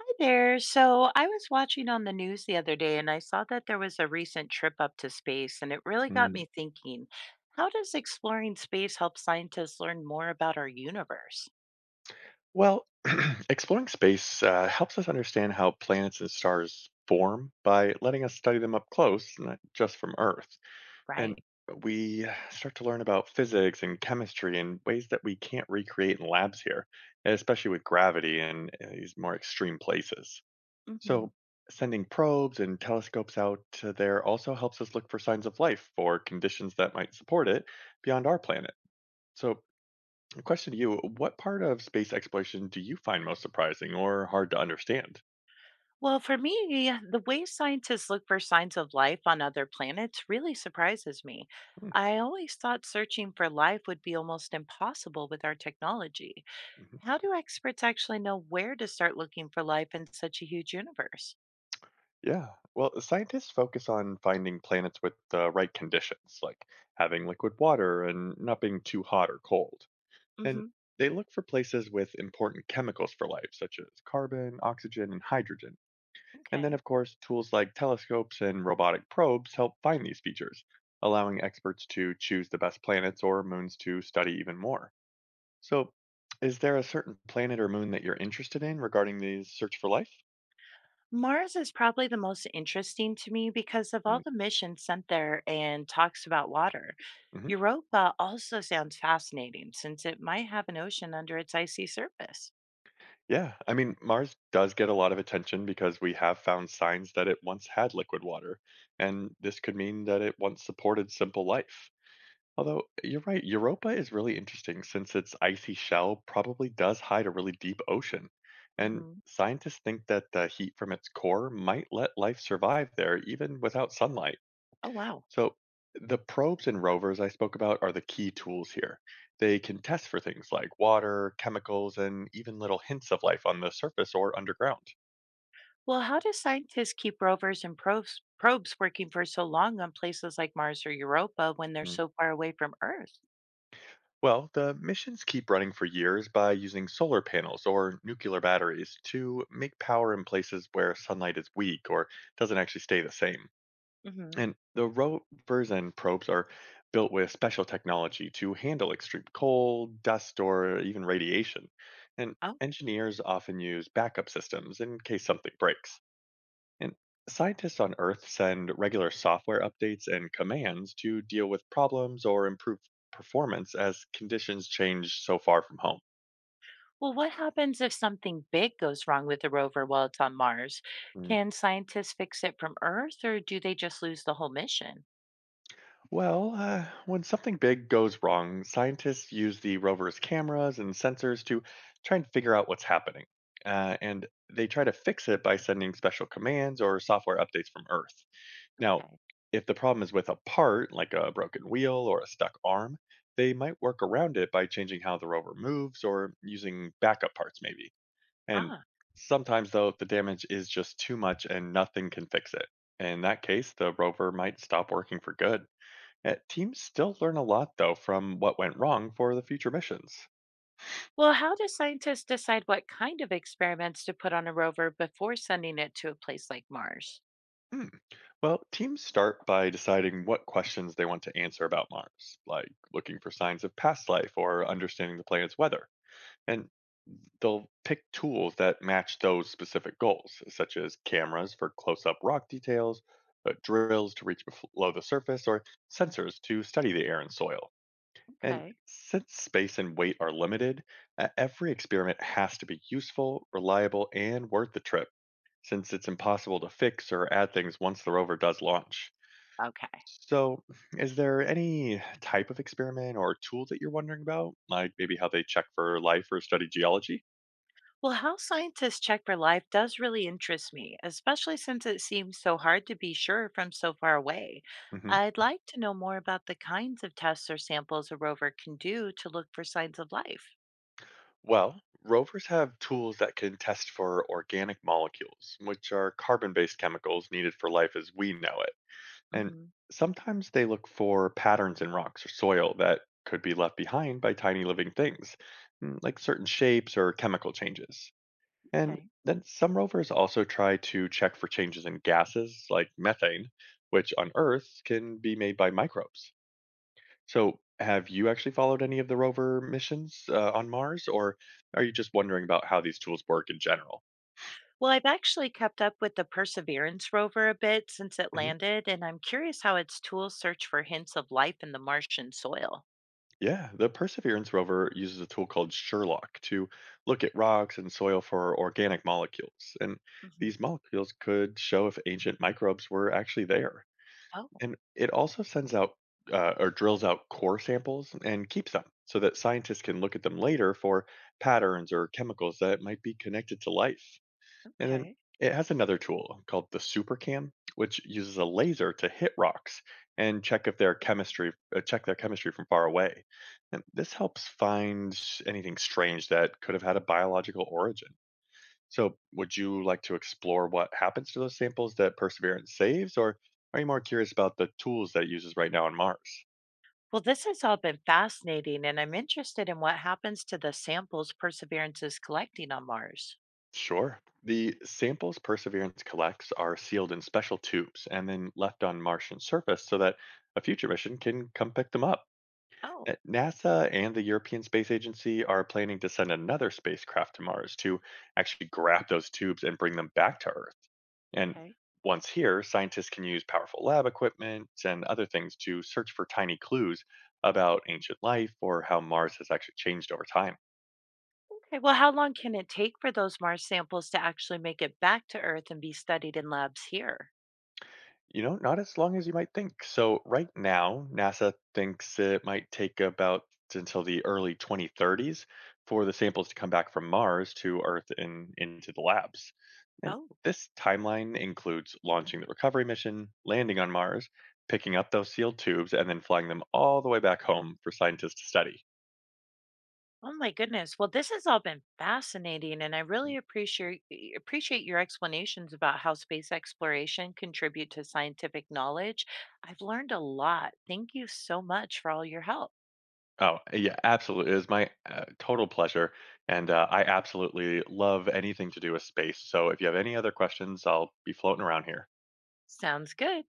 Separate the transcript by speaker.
Speaker 1: Hi there. So I was watching on the news the other day and I saw that there was a recent trip up to space, and it really got
Speaker 2: Mm.
Speaker 1: me thinking, how does exploring space help scientists learn more about our universe?
Speaker 2: Well, exploring space helps us understand how planets and stars form by letting us study them up close, not just from Earth. And
Speaker 1: Right.
Speaker 2: we start to learn about physics and chemistry in ways that we can't recreate in labs here, especially with gravity and these more extreme places.
Speaker 1: Hmm.
Speaker 2: So, sending probes and telescopes out to there also helps us look for signs of life or conditions that might support it beyond our planet. So, the question to you: what part of space exploration do you find most surprising or hard to understand?
Speaker 1: Well, for me, the way scientists look for signs of life on other planets really surprises me.
Speaker 2: Hmm.
Speaker 1: I always thought searching for life would be almost impossible with our technology.
Speaker 2: Mhm.
Speaker 1: How do experts actually know where to start looking for life in such a huge universe?
Speaker 2: Yeah. Well, scientists focus on finding planets with the right conditions, like having liquid water and not being too hot or cold. And
Speaker 1: Hmm.
Speaker 2: they look for places with important chemicals for life, such as carbon, oxygen, and hydrogen. And then,
Speaker 1: Okay.
Speaker 2: of course, tools like telescopes and robotic probes help find these features, allowing experts to choose the best planets or moons to study even more. So, is there a certain planet or moon that you're interested in regarding the search for life?
Speaker 1: Mars is probably the most interesting to me because of all the missions sent there and talks about water.
Speaker 2: Mm-hmm.
Speaker 1: Europa also sounds fascinating since it might have an ocean under its icy surface.
Speaker 2: Yeah, I mean, Mars does get a lot of attention because we have found signs that it once had liquid water, and this could mean that it once supported simple life. Although, you're right, Europa is really interesting since its icy shell probably does hide a really deep ocean. And
Speaker 1: Hmm.
Speaker 2: scientists think that the heat from its core might let life survive there even without sunlight.
Speaker 1: Oh, wow.
Speaker 2: So, the probes and rovers I spoke about are the key tools here. They can test for things like water, chemicals, and even little hints of life on the surface or underground.
Speaker 1: Well, how do scientists keep rovers and probes working for so long on places like Mars or Europa when they're
Speaker 2: Mm.
Speaker 1: so far away from Earth?
Speaker 2: Well, the missions keep running for years by using solar panels or nuclear batteries to make power in places where sunlight is weak or doesn't actually stay the same.
Speaker 1: Hmm.
Speaker 2: And the rovers and probes are built with special technology to handle extreme cold, dust, or even radiation. And
Speaker 1: Oh,
Speaker 2: engineers often use backup systems in case something breaks. And scientists on Earth send regular software updates and commands to deal with problems or improve performance as conditions change so far from home.
Speaker 1: well, what happens if something big goes wrong with the rover while it's on Mars? Can scientists fix it from Earth or do they just lose the whole mission?
Speaker 2: Well, when something big goes wrong, scientists use the rover's cameras and sensors to try and figure out what's happening. And they try to fix it by sending special commands or software updates from Earth. Now,
Speaker 1: Okay.
Speaker 2: if the problem is with a part, like a broken wheel or a stuck arm, they might work around it by changing how the rover moves or using backup parts, maybe. And
Speaker 1: Ah.
Speaker 2: sometimes, though, the damage is just too much and nothing can fix it. In that case, the rover might stop working for good. Teams still learn a lot, though, from what went wrong for the future missions.
Speaker 1: Well, how do scientists decide what kind of experiments to put on a rover before sending it to a place like Mars?
Speaker 2: Hmm. Well, teams start by deciding what questions they want to answer about Mars, like looking for signs of past life or understanding the planet's weather. And they'll pick tools that match those specific goals, such as cameras for close up rock details, drills to reach below the surface, or sensors to study the air and soil. And
Speaker 1: Okay.
Speaker 2: since space and weight are limited, every experiment has to be useful, reliable, and worth the trip, since it's impossible to fix or add things once the rover does launch.
Speaker 1: Okay.
Speaker 2: So, is there any type of experiment or tool that you're wondering about? Like maybe how they check for life or study geology?
Speaker 1: Well, how scientists check for life does really interest me, especially since it seems so hard to be sure from so far away.
Speaker 2: Hmm.
Speaker 1: I'd like to know more about the kinds of tests or samples a rover can do to look for signs of life.
Speaker 2: Well, rovers have tools that can test for organic molecules, which are carbon based chemicals needed for life as we know it. And
Speaker 1: Hmm.
Speaker 2: sometimes they look for patterns in rocks or soil that could be left behind by tiny living things, like certain shapes or chemical changes. And
Speaker 1: Okay.
Speaker 2: then some rovers also try to check for changes in gases like methane, which on Earth can be made by microbes. So, have you actually followed any of the rover missions on Mars, or are you just wondering about how these tools work in general?
Speaker 1: Well, I've actually kept up with the Perseverance rover a bit since it
Speaker 2: Mm-hmm.
Speaker 1: landed, and I'm curious how its tools search for hints of life in the Martian soil.
Speaker 2: Yeah, the Perseverance rover uses a tool called Sherlock to look at rocks and soil for organic molecules. And
Speaker 1: Mhm.
Speaker 2: these molecules could show if ancient microbes were actually there.
Speaker 1: Oh,
Speaker 2: And it also sends out or drills out core samples and keeps them so that scientists can look at them later for patterns or chemicals that might be connected to life. And then
Speaker 1: okay.
Speaker 2: it has another tool called the SuperCam, which uses a laser to hit rocks and check if their chemistry check their chemistry from far away. And this helps find anything strange that could have had a biological origin. So, would you like to explore what happens to those samples that Perseverance saves, or are you more curious about the tools that it uses right now on Mars?
Speaker 1: Well, this has all been fascinating, and I'm interested in what happens to the samples Perseverance is collecting on Mars.
Speaker 2: Sure. The samples Perseverance collects are sealed in special tubes and then left on Martian surface so that a future mission can come pick them up.
Speaker 1: Oh,
Speaker 2: NASA and the European Space Agency are planning to send another spacecraft to Mars to actually grab those tubes and bring them back to Earth. And
Speaker 1: okay.
Speaker 2: once here, scientists can use powerful lab equipment and other things to search for tiny clues about ancient life or how Mars has actually changed over time.
Speaker 1: Okay. Well, how long can it take for those Mars samples to actually make it back to Earth and be studied in labs here?
Speaker 2: You know, not as long as you might think. So right now, NASA thinks it might take about until the early 2030s for the samples to come back from Mars to Earth and into the labs. And this timeline includes launching the recovery mission, landing on Mars, picking up those sealed tubes, and then flying them all the way back home for scientists to study.
Speaker 1: Oh my goodness. Well, this has all been fascinating, and I
Speaker 2: Mm.
Speaker 1: really appreciate appreciate your explanations about how space exploration contribute to scientific knowledge. I've learned a lot. Thank you so much for all your help.
Speaker 2: Oh, yeah, absolutely. It is my total pleasure. And I absolutely love anything to do with space. So if you have any other questions, I'll be floating around here.
Speaker 1: Sounds good.